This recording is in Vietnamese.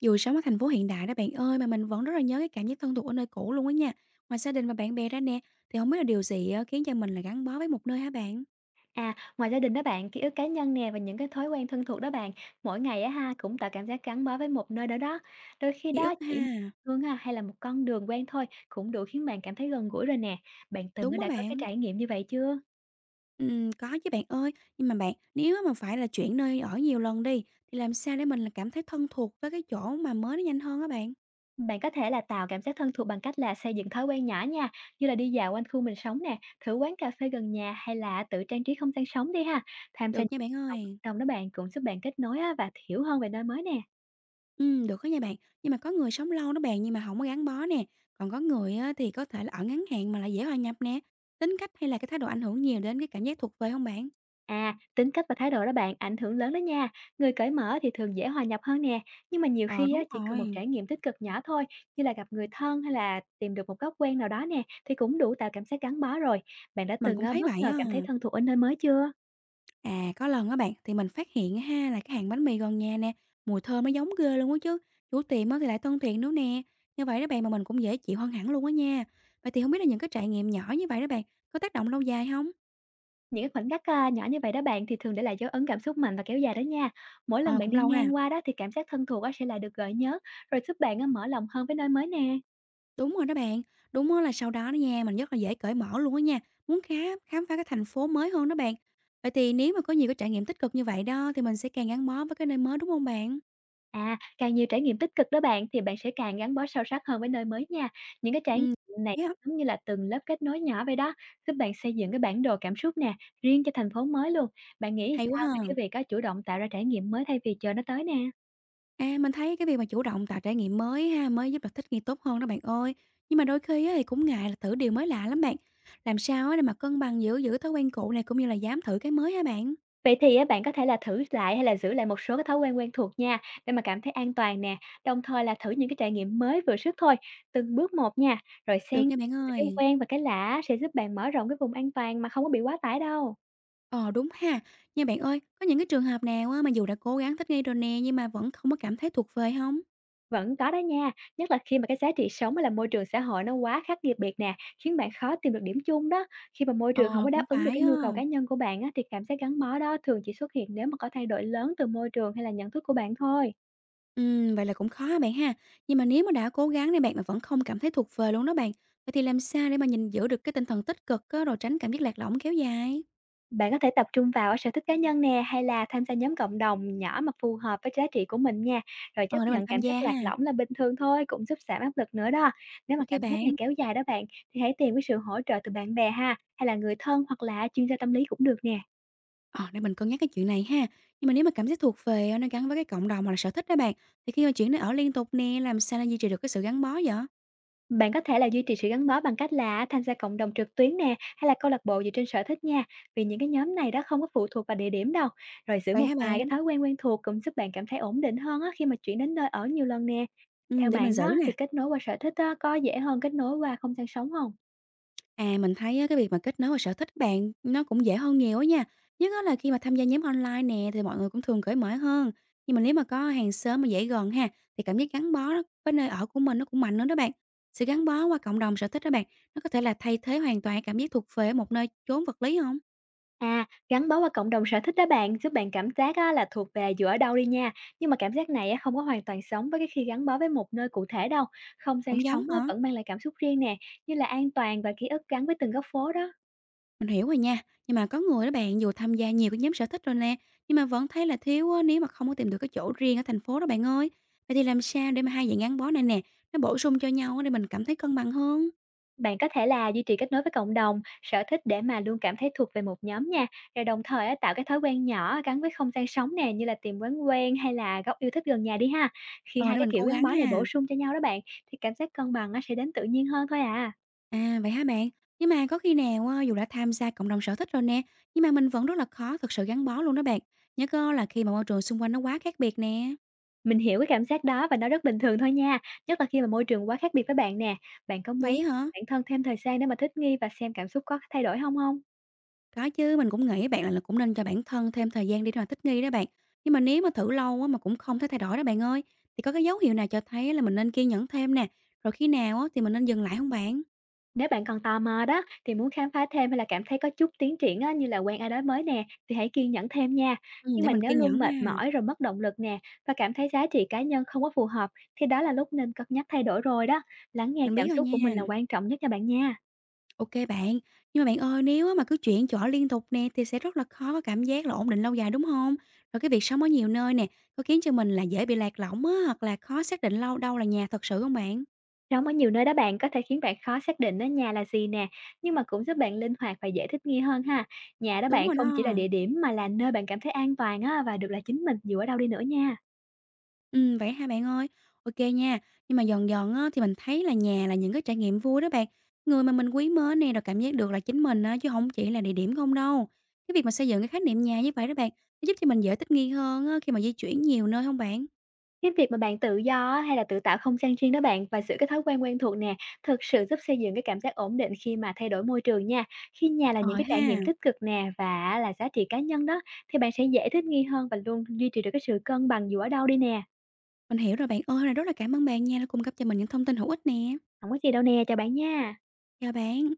Dù sống ở thành phố hiện đại đó bạn ơi, mà mình vẫn rất là nhớ cái cảm giác thân thuộc ở nơi cũ luôn á nha. Ngoài gia đình và bạn bè ra nè, thì không biết là điều gì á khiến cho mình là gắn bó với một nơi hả bạn? À, ngoài gia đình đó bạn, ký ức cá nhân nè, và những cái thói quen thân thuộc đó bạn, mỗi ngày á ha, cũng tạo cảm giác gắn bó với một nơi đó đó. Đôi khi Ký đó ức chỉ ha, một hương ha, hay là một con đường quen thôi cũng đủ khiến bạn cảm thấy gần gũi rồi nè. Bạn từng đúng á đã có cái bạn. trải nghiệm như vậy chưa? Có chứ bạn ơi, nhưng mà bạn, nếu mà phải là chuyển nơi ở nhiều lần đi, thì làm sao để mình là cảm thấy thân thuộc với cái chỗ mà mới nó nhanh hơn á bạn? Bạn có thể là tạo cảm giác thân thuộc bằng cách là xây dựng thói quen nhỏ nha, như là đi dạo quanh khu mình sống nè, thử quán cà phê gần nhà, hay là tự trang trí không gian sống đi ha. Tham gia những Được nha bạn hoạt động ơi. cộng đồng đó bạn cũng giúp bạn kết nối á, và hiểu hơn về nơi mới nè. Được đó nha bạn, nhưng mà có người sống lâu đó bạn nhưng mà không có gắn bó nè, còn có người á thì có thể là ở ngắn hạn mà lại dễ hòa nhập nè. Tính cách hay là cái thái độ ảnh hưởng nhiều đến cái cảm giác thuộc về không bạn? À, tính cách và thái độ đó bạn ảnh hưởng lớn đó nha. Người cởi mở thì thường dễ hòa nhập hơn nè, nhưng mà nhiều Ờ, khi á, đúng chỉ cần một rồi, trải nghiệm tích cực nhỏ thôi, như là gặp người thân hay là tìm được một góc quen nào đó nè, thì cũng đủ tạo cảm giác gắn bó rồi. Bạn đã mình từng cũng á, thấy bất vậy ngờ á. cảm thấy thân thuộc ở nơi mới chưa? À, có lần á bạn, thì mình phát hiện ha là cái hàng bánh mì gần nhà nè, mùi thơm nó giống ghê luôn á chứ. Chủ tiệm á thì lại thân thiện nữa nè. Như vậy đó bạn mà mình cũng dễ chịu hơn hẳn luôn á nha. Vậy thì không biết là những cái trải nghiệm nhỏ như vậy đó bạn, có tác động lâu dài không? Những cái khoảnh khắc à, nhỏ như vậy đó bạn thì thường để lại dấu ấn cảm xúc mạnh và kéo dài đó nha. Mỗi lần Ờ, bạn cũng đi lâu ha. ngang qua đó thì cảm giác thân thuộc á, sẽ lại được gợi nhớ, rồi giúp bạn á, mở lòng hơn với nơi mới nè. Đúng rồi đó bạn, đúng á là sau đó đó nha, mình rất là dễ cởi mở luôn á nha, muốn khám khám phá cái thành phố mới hơn đó bạn. Vậy thì nếu mà có nhiều cái trải nghiệm tích cực như vậy đó, thì mình sẽ càng gắn bó với cái nơi mới, đúng không bạn? À, càng nhiều trải nghiệm tích cực đó bạn, thì bạn sẽ càng gắn bó sâu sắc hơn với nơi mới nha. Những cái trải Ừm, nghiệm này hay á, giống như là từng lớp kết nối nhỏ vậy đó, giúp bạn xây dựng cái bản đồ cảm xúc nè, riêng cho thành phố mới luôn. Bạn nghĩ hay quá sao về cái ha. việc có chủ động tạo ra trải nghiệm mới thay vì chờ nó tới nè? À, mình thấy cái việc mà chủ động tạo trải nghiệm mới ha, mới giúp là thích nghi tốt hơn đó bạn ơi. Nhưng mà đôi khi á, thì cũng ngại là thử điều mới lạ lắm bạn. Làm sao á để mà cân bằng giữa giữ thói quen cũ này cũng như là dám thử cái mới hả bạn? Vậy thì á, bạn có thể là thử lại hay là giữ lại một số cái thói quen quen thuộc nha, để mà cảm thấy an toàn nè, đồng thời là thử những cái trải nghiệm mới vừa sức thôi, từng bước một nha, rồi xen Được nha bạn cái ơi. quen và cái lạ sẽ giúp bạn mở rộng cái vùng an toàn mà không có bị quá tải đâu. Ờ đúng ha. Nhưng bạn ơi, có những cái trường hợp nào á, mà dù đã cố gắng thích nghi rồi nè nhưng mà vẫn không có cảm thấy thuộc về không? Vẫn có đó nha, nhất là khi mà cái giá trị sống hay là môi trường xã hội nó quá khác biệt biệt nè, khiến bạn khó tìm được điểm chung đó. Khi mà môi trường không Ờ có đáp cũng ứng được phải cái á. nhu cầu cá nhân của bạn á, thì cảm giác gắn bó đó thường chỉ xuất hiện nếu mà có thay đổi lớn từ môi trường hay là nhận thức của bạn thôi. Ừ, vậy là cũng khó hả bạn ha. Nhưng mà nếu mà đã cố gắng này bạn mà vẫn không cảm thấy thuộc về luôn đó bạn. Vậy thì làm sao để mà nhìn giữ được cái tinh thần tích cực á, rồi tránh cảm giác lạc lõng kéo dài? Bạn có thể tập trung vào ở sở thích cá nhân nè, hay là tham gia nhóm cộng đồng nhỏ mà phù hợp với giá trị của mình nha. Rồi chấp Ờ, để mình nhận tham cảm giác gia lạc ha. lõng là bình thường thôi, cũng giúp giảm áp lực nữa đó. Nếu mà OK cảm giác bạn. này kéo dài đó bạn, thì hãy tìm cái sự hỗ trợ từ bạn bè ha, hay là người thân, hoặc là chuyên gia tâm lý cũng được nè. Ờ, để mình cân nhắc cái chuyện này ha. Nhưng mà nếu mà cảm giác thuộc về, nó gắn với cái cộng đồng hoặc là sở thích đó bạn, thì khi mà chuyển nơi ở liên tục nè, làm sao để duy trì được cái sự gắn bó vậy? Bạn có thể là duy trì sự gắn bó bằng cách là tham gia cộng đồng trực tuyến nè, hay là câu lạc bộ dựa trên sở thích nha, vì những cái nhóm này đó không có phụ thuộc vào địa điểm đâu. Rồi giữ Vậy một hả vài cái bạn? thói quen quen thuộc cũng giúp bạn cảm thấy ổn định hơn á, khi mà chuyển đến nơi ở nhiều lần nè. Theo Để mình bạn giữ đó nè. thì kết nối qua sở thích á, có dễ hơn kết nối qua không gian sống không? À, mình thấy á cái việc mà kết nối và sở thích bạn nó cũng dễ hơn nhiều á nha, nhất á là khi mà tham gia nhóm online nè, thì mọi người cũng thường cởi mở hơn. Nhưng mà nếu mà có hàng xóm mà dễ gần ha, thì cảm giác gắn bó đó với nơi ở của mình nó cũng mạnh hơn đó bạn. Sự gắn bó qua cộng đồng sở thích đó bạn, nó có thể là thay thế hoàn toàn cảm giác thuộc về ở một nơi chốn vật lý không? À, gắn bó qua cộng đồng sở thích đó bạn, giúp bạn cảm giác á, là thuộc về dù ở đâu đi nha, nhưng mà cảm giác này á, không có hoàn toàn sống với cái khi gắn bó với một nơi cụ thể đâu. Không gian Không giống sống á, hả? vẫn mang lại cảm xúc riêng nè, như là an toàn và ký ức gắn với từng góc phố đó. Mình hiểu rồi nha. Nhưng mà có người đó bạn, dù tham gia nhiều cái nhóm sở thích rồi nè, nhưng mà vẫn thấy là thiếu á, nếu mà không có tìm được cái chỗ riêng ở thành phố đó bạn ơi. Vậy thì làm sao để mà hai dạng gắn bó này nè, nó bổ sung cho nhau á, để mình cảm thấy cân bằng hơn? Bạn có thể là duy trì kết nối với cộng đồng, sở thích để mà luôn cảm thấy thuộc về một nhóm nha. Rồi đồng thời á, tạo cái thói quen nhỏ gắn với không gian sống nè, như là tìm quán quen hay là góc yêu thích gần nhà đi ha. Khi Ờ, hai để cái mình kiểu cố gắn gắng bó này ha. bổ sung cho nhau đó bạn, thì cảm giác cân bằng á, sẽ đến tự nhiên hơn thôi à. À, vậy hả bạn? Nhưng mà có khi nào á, dù đã tham gia cộng đồng sở thích rồi nè, nhưng mà mình vẫn rất là khó thực sự gắn bó luôn đó bạn. Nhớ cơ là khi mà môi trường xung quanh nó quá khác biệt nè. Mình hiểu cái cảm giác đó, và nó rất bình thường thôi nha, nhất là khi mà môi trường quá khác biệt với bạn nè. Bạn có muốn Vậy hả? bản thân thêm thời gian để mà thích nghi và xem cảm xúc có thay đổi không không? Có chứ, mình cũng nghĩ bạn là cũng nên cho bản thân thêm thời gian để mà thích nghi đó bạn. Nhưng mà nếu mà thử lâu á, mà cũng không thấy thay đổi đó bạn ơi, thì có cái dấu hiệu nào cho thấy là mình nên kiên nhẫn thêm nè, rồi khi nào á, thì mình nên dừng lại không bạn? Nếu bạn còn tò mò đó thì muốn khám phá thêm, hay là cảm thấy có chút tiến triển á, như là quen ai đó mới nè, thì hãy kiên nhẫn thêm nha. Nhưng Để mà mình nếu kiên luôn nhẫn mệt ha, mỏi rồi mất động lực nè, và cảm thấy giá trị cá nhân không có phù hợp, thì đó là lúc nên cân nhắc thay đổi rồi đó. Lắng nghe mình cảm biết rồi xúc của mình nha. là quan trọng nhất nha bạn nha. OK bạn, nhưng mà bạn ơi, nếu á, mà cứ chuyển chỗ liên tục nè thì sẽ rất là khó có cảm giác là ổn định lâu dài, đúng không? Rồi cái việc sống ở nhiều nơi nè, có khiến cho mình là dễ bị lạc lõng á, hoặc là khó xác định lâu đâu là nhà thật sự không bạn? Sống ở nhiều nơi đó bạn có thể khiến bạn khó xác định đó nhà là gì nè, nhưng mà cũng giúp bạn linh hoạt và dễ thích nghi hơn ha. Nhà đó Đúng bạn rồi không chỉ đó. là địa điểm, mà là nơi bạn cảm thấy an toàn á, và được là chính mình dù ở đâu đi nữa nha. Vậy hả bạn ơi? OK nha. Nhưng mà dần dần á, thì mình thấy là nhà là những cái trải nghiệm vui đó bạn, người mà mình quý mến nè, rồi cảm giác được là chính mình á, chứ không chỉ là địa điểm không đâu. Cái việc mà xây dựng cái khái niệm nhà như vậy đó bạn, nó giúp cho mình dễ thích nghi hơn á, khi mà di chuyển nhiều nơi không bạn? Cái việc mà bạn tự do á, hay là tự tạo không gian riêng đó bạn và giữ cái thói quen quen thuộc nè, thực sự giúp xây dựng cái cảm giác ổn định khi mà thay đổi môi trường nha. Khi nhà là Ờ những cái ha, trải nghiệm tích cực nè, và á là giá trị cá nhân đó, thì bạn sẽ dễ thích nghi hơn và luôn duy trì được cái sự cân bằng dù ở đâu đi nè. mình hiểu rồi bạn ơi, hôm rất là cảm ơn bạn nha, đã cung cấp cho mình những thông tin hữu ích nè. Không có gì đâu nè, chào bạn nha. Chào bạn.